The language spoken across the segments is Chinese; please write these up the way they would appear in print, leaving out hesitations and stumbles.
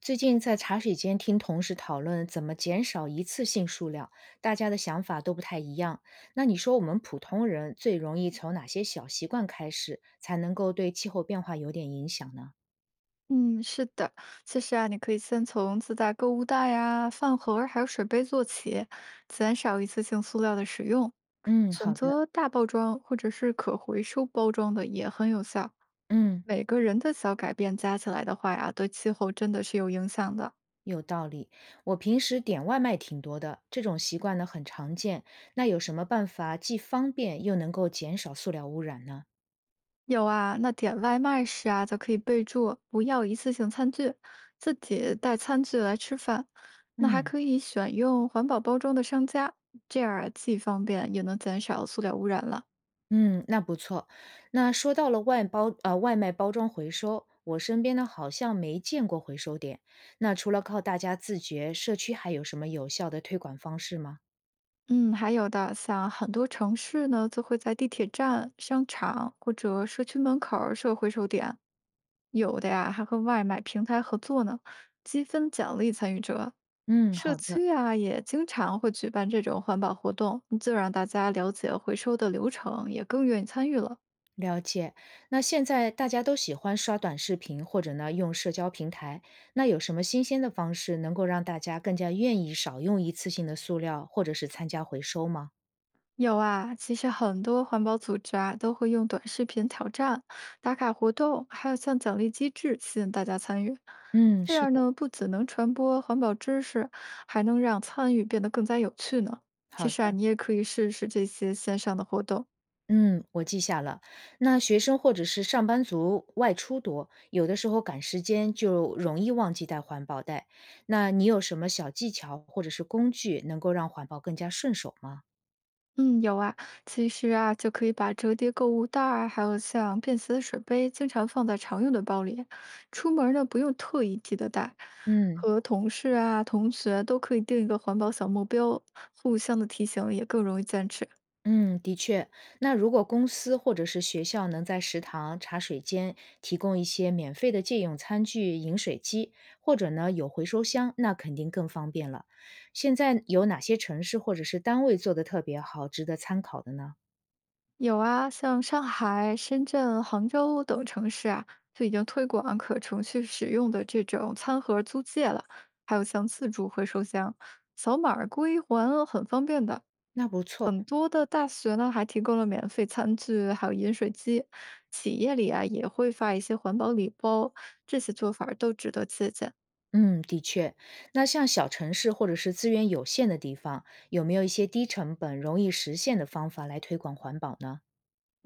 最近在茶水间听同事讨论怎么减少一次性塑料，大家的想法都不太一样。那你说我们普通人最容易从哪些小习惯开始，才能够对气候变化有点影响呢？嗯，是的，其实啊，你可以先从自带购物袋呀、饭盒儿还有水杯做起，减少一次性塑料的使用，嗯，选好的，择大包装或者是可回收包装的也很有效。嗯，每个人的小改变加起来的话呀，对气候真的是有影响的。有道理。我平时点外卖挺多的，这种习惯呢很常见。那有什么办法既方便又能够减少塑料污染呢？有啊，那点外卖时啊，就可以备注不要一次性餐具，自己带餐具来吃饭。那还嗯。可以选用环保包装的商家，这样啊既方便也能减少塑料污染了。嗯，那不错。那说到了外卖包装回收，我身边呢好像没见过回收点。那除了靠大家自觉，社区还有什么有效的推广方式吗？嗯，还有的，像很多城市呢，就会在地铁站、商场或者社区门口儿设回收点，有的呀还和外卖平台合作呢，积分奖励参与者。嗯，社好的，区啊也经常会举办这种环保活动，就让大家了解回收的流程，也更愿意参与了。了解。那现在大家都喜欢刷短视频或者呢用社交平台，那有什么新鲜的方式能够让大家更加愿意少用一次性的塑料，或者是参加回收吗？有啊，其实很多环保组织啊都会用短视频挑战、打卡活动，还有像奖励机制吸引大家参与。嗯，这是样的，呢，不仅能传播环保知识，还能让参与变得更加有趣呢。其好实啊，的。你也可以试试这些线上的活动。嗯，我记下了。那学生或者是上班族外出多，有的时候赶时间就容易忘记带环保袋。那你有什么小技巧或者是工具能够让环保更加顺手吗？嗯，有啊，其实啊，就可以把折叠购物袋儿，还有像便携的水杯，经常放在常用的包里，出门儿呢不用特意记得带。嗯和同事啊、同学都可以定一个环保小目标，互相的提醒也更容易坚持。嗯，的确。那如果公司或者是学校能在食堂、茶水间提供一些免费的借用餐具、饮水机，或者呢有回收箱，那肯定更方便了。现在有哪些城市或者是单位做的特别好，值得参考的呢？有啊，像上海、深圳、杭州等城市啊，就已经推广可持续使用的这种餐盒租借了，还有像自助回收箱，扫码儿归还很方便的。那不错。很多的大学呢，还提供了免费餐具，还有饮水机。企业里啊，也会发一些环保礼包，这些做法儿都值得借鉴。嗯，的确，那像小城市或者是资源有限的地方，有没有一些低成本、容易实现的方法来推广环保呢？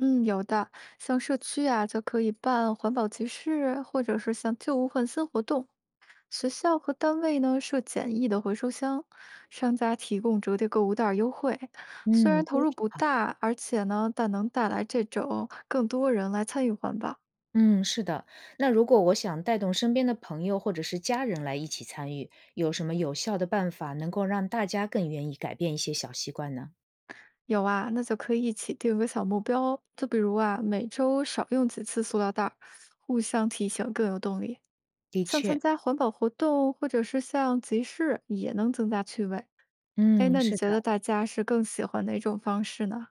嗯，有的，像社区啊，就可以办环保集市，或者是像旧物换新活动。学校和单位呢设简易的回收箱，商家提供折叠购物袋儿优惠。虽然嗯，投都入挺不好。大，而且呢，但能带来这种更多人来参与环保。嗯，是的。那如果我想带动身边的朋友或者是家人来一起参与，有什么有效的办法能够让大家更愿意改变一些小习惯呢？有啊，那就可以一起定个小目标，就比如啊，每周少用几次塑料袋儿，互相提醒更有动力。的像参确，加环保活动或者是像集市，也能增加趣味。哎，嗯，那你是觉得的。大家是更喜欢哪种方式呢？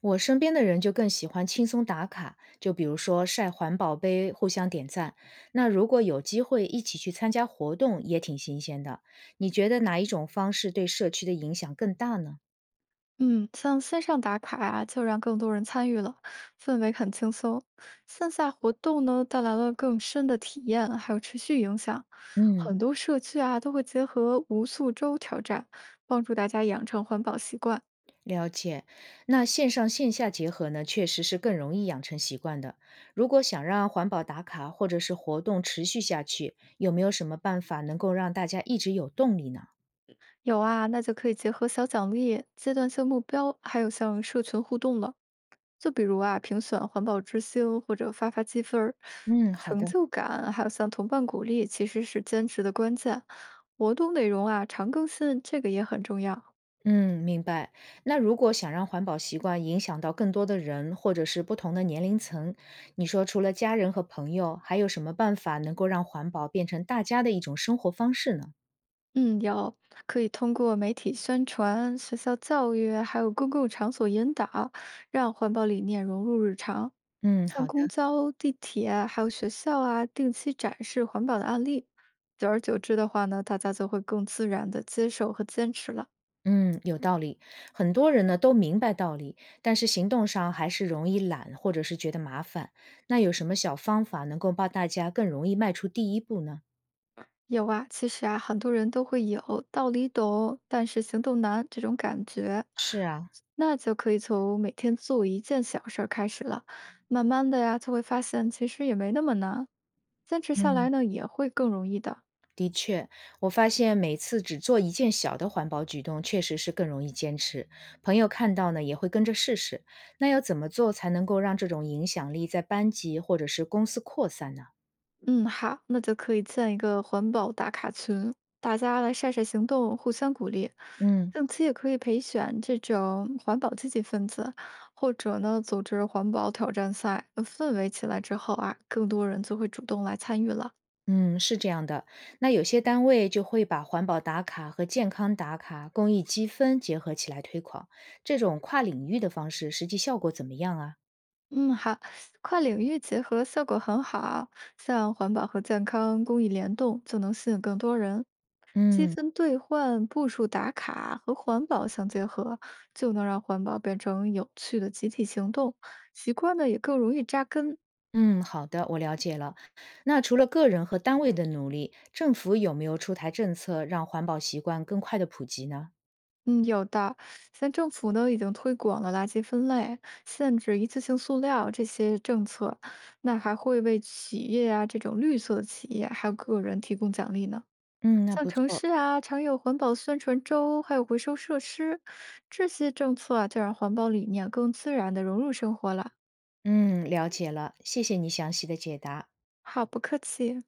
我身边的人就更喜欢轻松打卡，就比如说晒环保杯，互相点赞。那如果有机会一起去参加活动，也挺新鲜的。你觉得哪一种方式对社区的影响更大呢？嗯，像线上打卡啊，就让更多人参与了，氛围很轻松；线下活动呢，带来了更深的体验，还有持续影响。嗯，很多社区啊，都会结合无塑周挑战，帮助大家养成环保习惯。了解。那线上线下结合呢，确实是更容易养成习惯的。如果想让环保打卡或者是活动持续下去，有没有什么办法能够让大家一直有动力呢？有啊，那就可以结合小奖励、阶段性目标，还有像社群互动了。就比如啊，评选环保之星或者发发积分儿，嗯，好成的。就感，还有像同伴鼓励，其实是坚持的关键。活动内容啊，常更新，这个也很重要。嗯，明白。那如果想让环保习惯影响到更多的人，或者是不同的年龄层，你说除了家人和朋友，还有什么办法能够让环保变成大家的一种生活方式呢？嗯，有，可以通过媒体宣传、学校教育，还有公共场所引导，让环保理念融入日常。嗯，像好的。公交、地铁啊还有学校啊，定期展示环保的案例，久而久之的话呢，大家就会更自然的接受和坚持了。嗯，有道理。很多人呢都明白道理，但是行动上还是容易懒，或者是觉得麻烦。那有什么小方法能够帮大家更容易迈出第一步呢？有啊，其实啊，很多人都会有道理懂，但是行动难这种感觉，是啊，那就可以从每天做一件小事儿开始了。慢慢的呀，就会发现其实也没那么难，坚持下嗯。来呢，也会更容易的。我发现每次只做一件小的环保举动，确实是更容易坚持。朋友看到呢，也会跟着试试。那要怎么做才能够让这种影响力在班级或者是公司扩散呢？嗯，好，那就可以建一个环保打卡群，大家来晒晒行动，互相鼓励。嗯定期也可以培选这种环保积极分子，或者呢组织环保挑战赛，氛围起来之后啊，更多人就会主动来参与了。嗯，是这样的。那有些单位就会把环保打卡和健康打卡、公益积分结合起来推广，这种跨领域的方式，实际效果怎么样啊？嗯，好，跨领域结合效果很好，像环保和健康、公益联动，就能吸引更多人。积嗯。分兑换、步数打卡和环保相结合，就能让环保变成有趣的集体行动，习惯呢也更容易扎根。嗯，好的，我了解了。那除了个人和单位的努力，政府有没有出台政策让环保习惯更快的普及呢？嗯，有的，像政府呢已经推广了垃圾分类、限制一次性塑料这些政策，那还会为企业啊这种绿色的企业还有个人提供奖励呢。嗯，那像不城错。市啊常有环保宣传周，还有回收设施，这些政策啊就让环保理念更自然的融入生活了。嗯，了解了，谢谢你详细的解答。好，不客气。